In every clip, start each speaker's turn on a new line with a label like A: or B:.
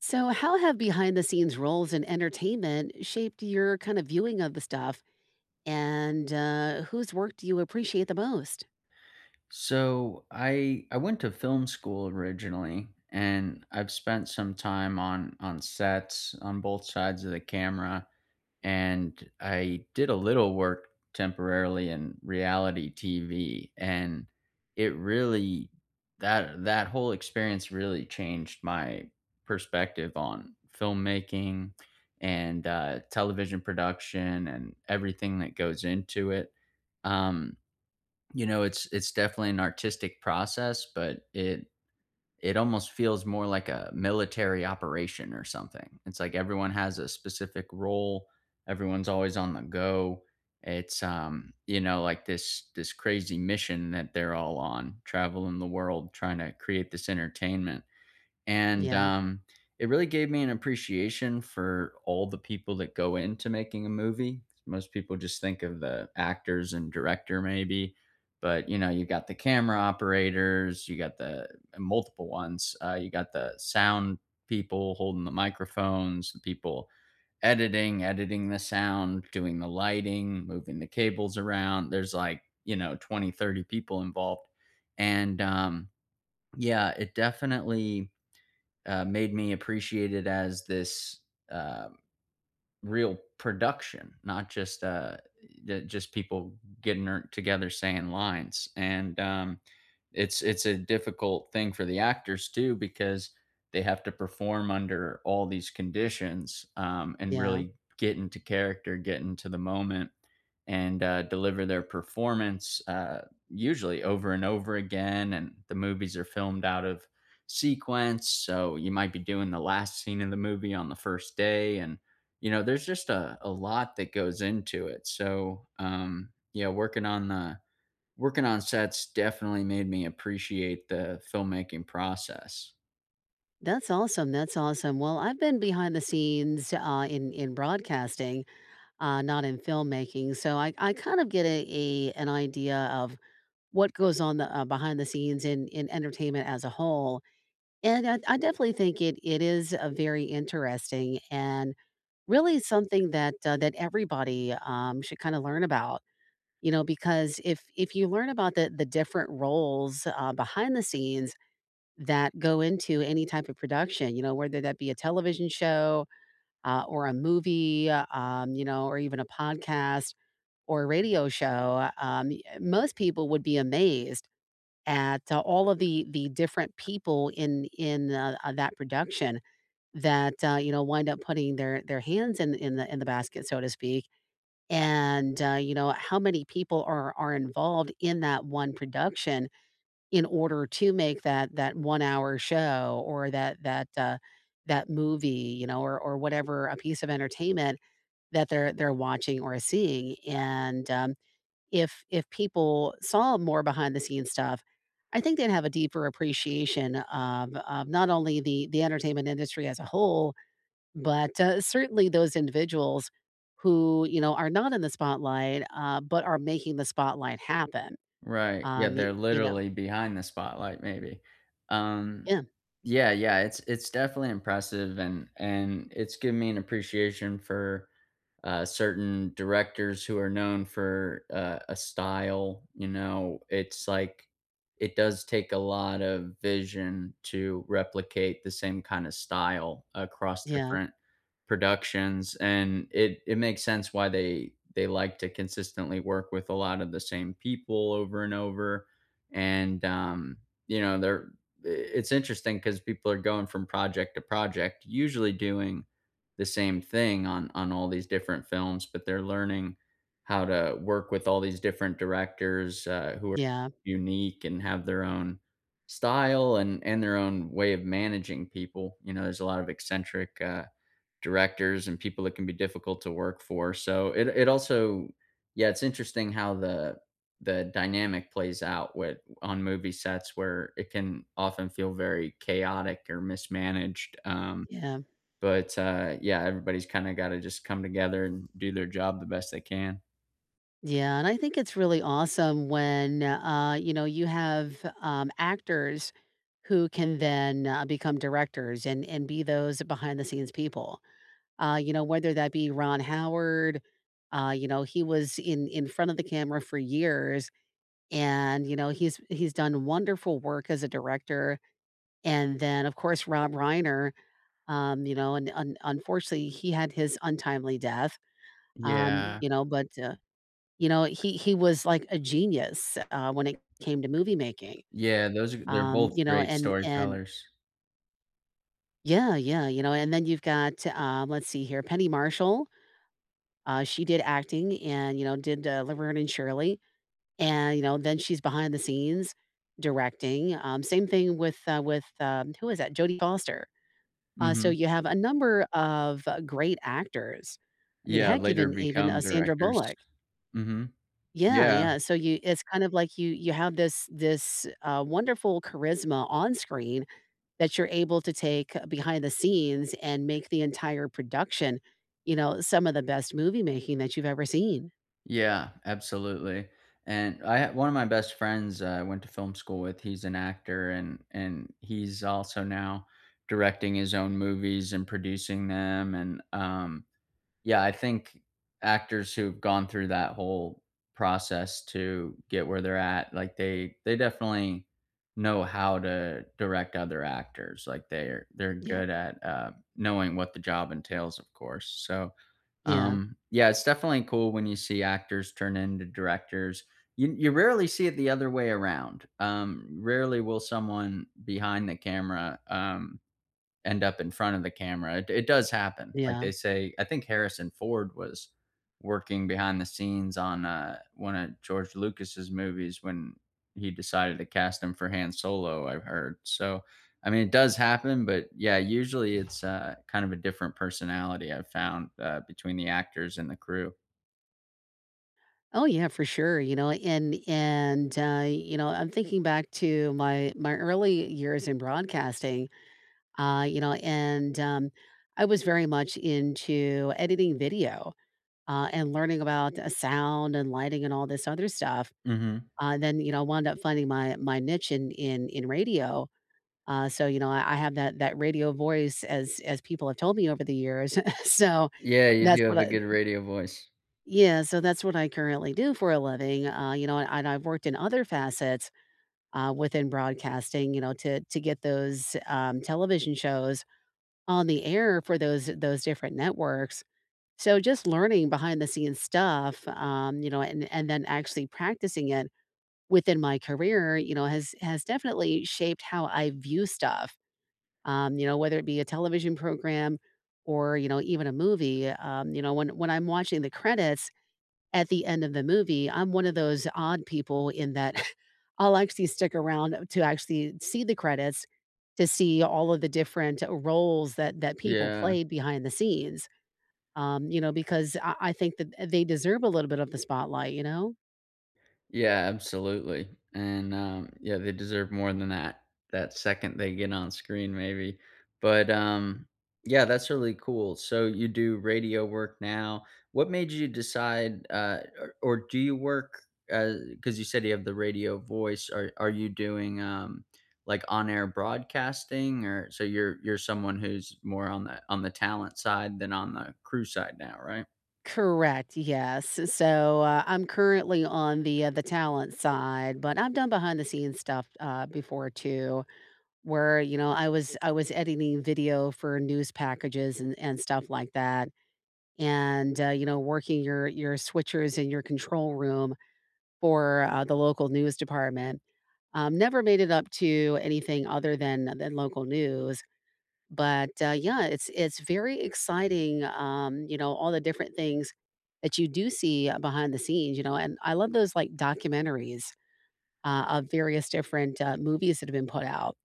A: So, how have behind the scenes roles in entertainment shaped your kind of viewing of the stuff? And whose work do you appreciate the most?
B: So I went to film school originally, and I've spent some time on sets on both sides of the camera, and I did a little work temporarily in reality TV. And it really, that whole experience really changed my perspective on filmmaking and television production and everything that goes into it. Um, it's definitely an artistic process, but it almost feels more like a military operation or something. It's like everyone has a specific role. Everyone's always on the go. It's like this crazy mission that they're all on, traveling the world trying to create this entertainment. And,
A: Yeah,
B: um, it really gave me an appreciation for all the people that go into making a movie. Most people just think of the actors and director maybe, but, you know, you got the camera operators, you got the multiple ones, you got the sound people holding the microphones, the people editing the sound, doing the lighting, moving the cables around. There's like, you know, 20, 30 people involved. And, um, yeah, it definitely made me appreciate it as this uh, real production, not just just people getting together saying lines. And It's a difficult thing for the actors too, because they have to perform under all these conditions, and
A: yeah.
B: really get into character, get into the moment, and deliver their performance, usually over and over again. And the movies are filmed out of sequence, so you might be doing the last scene of the movie on the first day, and you know, there's just a lot that goes into it. So, yeah, working on the working on sets definitely made me appreciate the filmmaking process.
A: That's awesome. That's awesome. Well, I've been behind the scenes in broadcasting, not in filmmaking, so I kind of get a an idea of what goes on the behind the scenes in entertainment as a whole. And I definitely think it is a very interesting. And really something that, that everybody, should kinda learn about, you know, because if you learn about the different roles, behind the scenes that go into any type of production, you know, whether that be a television show, or a movie, you know, or even a podcast or a radio show, y most people would be amazed at, all of the different people in, that production. That, you know, wind up putting their hands in the basket, so to speak, and, you know, how many people are involved in that one production in order to make that that one-hour show or that that, that movie, you know, or whatever, a piece of entertainment that they're watching or seeing, and, if people saw more behind-the-scenes stuff, I think they'd have a deeper appreciation of not only the entertainment industry as a whole, but, certainly those individuals who, you know, are not in the spotlight, but are making the spotlight happen,
B: Right. Yeah,
A: um, you
B: they're
A: you know
B: literally behind the spotlight maybe. Um
A: Yeah,
B: Yeah, yeah, it's definitely impressive, and it's given me an appreciation for certain directors who are known for a style. You know, it's like it does take a lot of vision to replicate the same kind of style across
A: yeah,
B: different productions, and it makes sense why they like to consistently work with a lot of the same people over and over. And you know, they're, it's interesting because people are going from project to project, usually doing the same thing on all these different films, but they're learning how to work with all these different directors who are
A: yeah,
B: unique and have their own style, and their own way of managing people. You know, there's a lot of eccentric directors and people that can be difficult to work for. So it also, yeah, it's interesting how the dynamic plays out with on movie sets, where it can often feel very chaotic or mismanaged.
A: yeah,
B: But yeah, everybody's kind of got to just come together and do their job the best they can.
A: yeah, and I think it's really awesome when, you know, you have, actors who can then, become directors and be those behind the scenes people, you know, whether that be Ron Howard, you know, he was in front of the camera for years. And, you know, he's done wonderful work as a director, and then, of course, Rob Reiner, you know, and un unfortunately, he had his untimely death,
B: Yeah,
A: you know, but, you know, he was like a genius, when it came to movie making,
B: yeah, those are, they're both
A: you know,
B: great
A: and
B: storytellers.
A: yeah, yeah, you know, and then you've got, let's see here, Penny Marshall, she did acting and, you know, did, Laverne and Shirley. And, you know, then she's behind the scenes directing. Same thing with, who is that? Jodie Foster. So
B: Hmm.
A: you have a number of great actors. I mean,
B: Yeah,
A: heck,
B: later
A: even
B: become
A: Sandra
B: directors.
A: Bullock.
B: Hmm.
A: Yeah,
B: Yeah.
A: yeah. So you, it's kind of like you have this this wonderful charisma on screen that you're able to take behind the scenes and make the entire production, you know, some of the best movie making that you've ever seen.
B: Yeah, absolutely. And I ha One of my best friends I went to film school with, he's an actor, and he's also now directing his own movies and producing them. Yeah, I think actors who've gone through that whole process to get where they're at, like, they definitely know how to direct other actors. Like, they're
A: Yeah,
B: good at, knowing what the job entails, of course. So,
A: yeah,
B: yeah, it's definitely cool when you see actors turn into directors. You rarely see it the other way around. Rarely will someone behind the camera, end up in front of the camera. It does happen. Like,
A: yeah.
B: they say I think Harrison Ford was working behind the scenes on, one of George Lucas's movies when he decided to cast him for Han Solo, I've heard. So, I mean, it does happen, but, yeah, usually it's, kind of a different personality I've found, between the actors and the crew.
A: Oh yeah, for sure, you know, and, you know, I'm thinking back to my my early years in broadcasting, you know, and, I was very much into editing video, and learning about, sound and lighting and all this other stuff.
B: Mhm.
A: Then, you know, wound up finding my my niche in radio. So, you know, I have that that radio voice as people have told me over the years. So
B: Yeah, you
A: that's
B: do have
A: what
B: a
A: I
B: good radio voice.
A: yeah, so that's what I currently do for a living, you know, and I've worked in other facets, within broadcasting, you know, to get those, television shows on the air for those different networks. So just learning behind the scenes stuff, you know, and then actually practicing it within my career, you know, has definitely shaped how I view stuff. You know, whether it be a television program or, you know, even a movie, you know, when I'm watching the credits at the end of the movie, I'm one of those odd people in that I'll actually stick around to actually see the credits to see all of the different roles that that people
B: Yeah.
A: played behind the scenes. You know, because I think that they deserve a little bit of the spotlight, you know?
B: Yeah, absolutely. Yeah, they deserve more than that, that second they get on screen maybe. But, yeah, that's really cool. So you do radio work now. What made you decide, or do you work, because you said you have the radio voice. Are you doing, like on air broadcasting? Or so you're someone who's more on the talent side than on the crew side now, right?
A: Correct. Yes. So I'm currently on the talent side, but I've done behind the scenes stuff before too, where you know I was editing video for news packages and stuff like that. And, you know, working your switchers in your control room for, the local news department. Never made it up to anything other than local news, but, yeah, it's very exciting, you know, all the different things that you do see behind the scenes, you know, and I love those, like, documentaries, of various different, movies that have been put out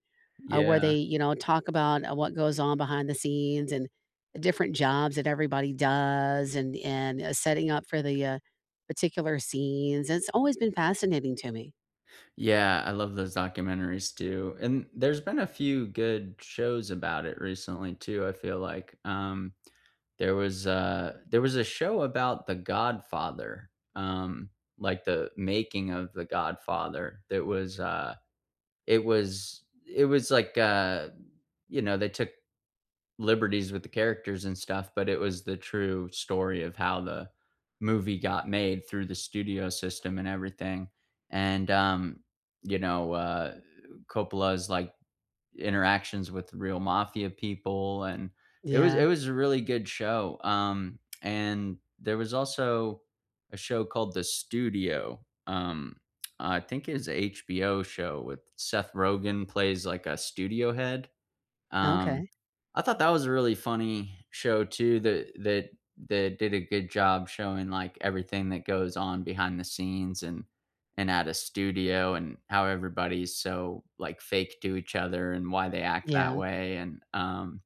A: where
B: Yeah.
A: they, you know, talk about what goes on behind the scenes and the different jobs that everybody does and setting up for the particular scenes. It's always been fascinating to me.
B: Yeah, I love those documentaries too. And there's been a few good shows about it recently too, I feel like. There was a show about The Godfather. Like the making of The Godfather. That was it was it was like you know, they took liberties with the characters and stuff, but it was the true story of how the movie got made through the studio system and everything. And um, you know, uh Coppola's like interactions with real mafia people, and
A: Yeah.
B: it was a really good show. And there was also a show called The Studio. I think it's a HBO show with Seth Rogen plays like a studio head. um,
A: Okay.
B: I thought that was a really funny show too, that that that did a good job showing like everything that goes on behind the scenes and at a studio, and how everybody's so like fake to each other and why they act that
A: Yeah.
B: way. And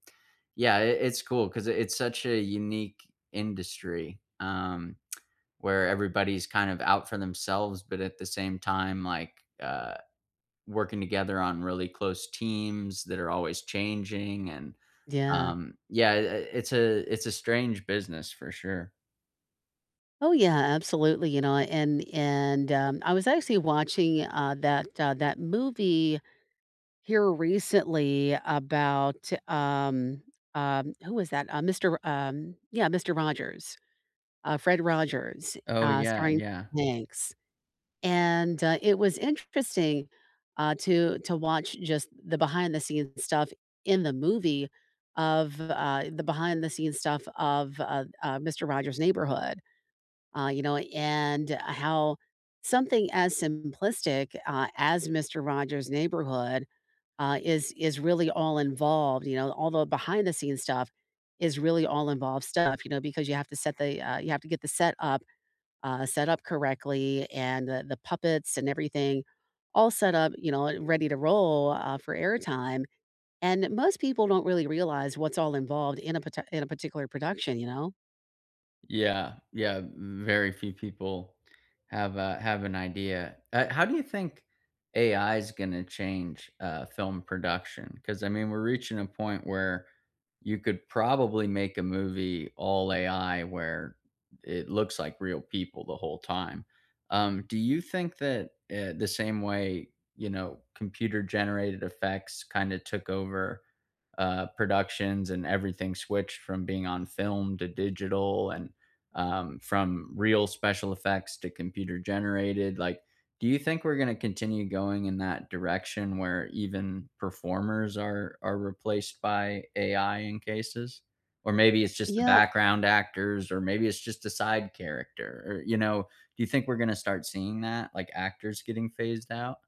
B: yeah, it, it's cool because it's such a unique industry, where everybody's kind of out for themselves, but at the same time like uh working together on really close teams that are always changing.
A: Yeah.
B: Yeah, I it's a strange business for sure.
A: Oh yeah, absolutely. You know, and I was actually watching that that movie here recently about who was that? Uh, Mr. Um, yeah, Mr. Rogers Fred Rogers,
B: Oh, yeah,
A: starring
B: yeah.
A: Tom Hanks, and, it was interesting, to watch just the behind the scenes stuff in the movie of, the behind the scenes stuff of, Mister Rogers' Neighborhood, you know, and how something as simplistic, as Mister Rogers' Neighborhood, is really all involved, you know, all the behind the scenes stuff is really all involved stuff, you know, because you have to set the, you have to get the set up correctly, and the puppets and everything all set up, you know, ready to roll, for airtime, and most people don't really realize what's all involved in a parti in a particular production, you know?
B: Yeah, yeah, very few people have a have an idea. How do you think AI is gonna change, film production? Because I mean, we're reaching a point where you could probably make a movie all AI where it looks like real people the whole time. Do you think that, the same way, you know, computer-generated effects kinda took over, productions and everything switched from being on film to digital, and from real special effects to computer generated. Like, do you think we're going to continue going in that direction where even performers are replaced by AI in cases? Or maybe it's just the
A: Yeah.
B: background actors, or maybe it's just a side character. Or, you know, do you think we're going to start seeing that, like actors getting phased out?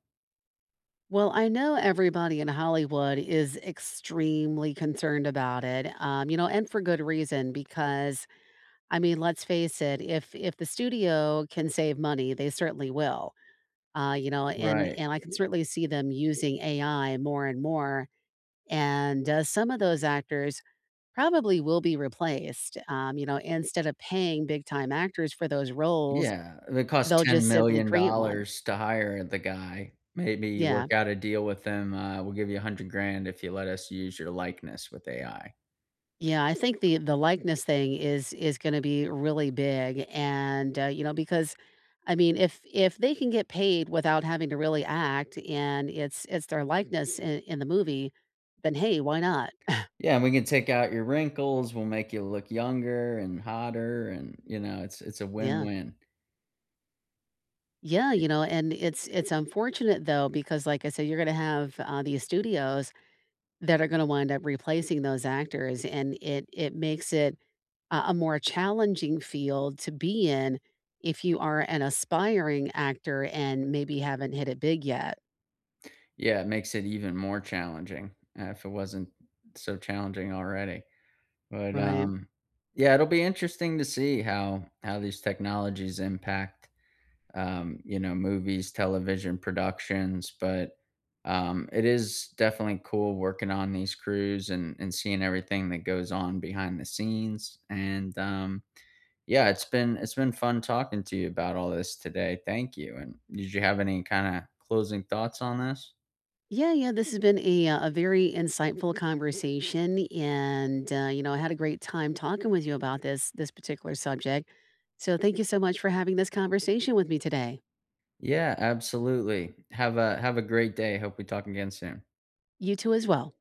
A: Well, I know everybody in Hollywood is extremely concerned about it, you know, and for good reason because, I mean, let's face it, if the studio can save money, they certainly will, you know,
B: Right.
A: and I can certainly see them using AI more and more. And, some of those actors probably will be replaced, you know, instead of paying big time actors for those roles,
B: Yeah, if it costs
A: they'll just simply create one.
B: $10,000,000 to hire the guy, maybe you
A: Yeah.
B: work out a deal with them, "We'll give you 100 grand if you let us use your likeness with AI."
A: Yeah, I think the likeness thing is gonna be really big, and, you know, because, I mean, if they can get paid without having to really act and it's their likeness in the movie, then, hey, why not?
B: Yeah, and we can take out your wrinkles, we'll make you look younger and hotter, and, you know, it's a
A: Yeah.
B: win-win.
A: Yeah,
B: Y
A: you know, and it's unfortunate though because like I said, you're gonna have, these studios that are gonna wind up replacing those actors, and it makes it a more challenging field to be in if you are an aspiring actor and maybe haven't hit it big yet,
B: yeah, it makes it even more challenging, if it wasn't so challenging already, but,
A: right?
B: yeah, it'll be interesting to see how these technologies impact you know, movies, television productions. But it is definitely cool working on these crews and seeing everything that goes on behind the scenes. And yeah, it's been fun talking to you about all this today. Thank you. And did you have any kind of closing thoughts on this?
A: Yeah, yeah, this has been a very insightful conversation, and, you know, I had a great time talking with you about this this particular subject. So thank you so much for having this conversation with me today.
B: Yeah, absolutely. Have a great day. Hope we talk again soon.
A: You too as well.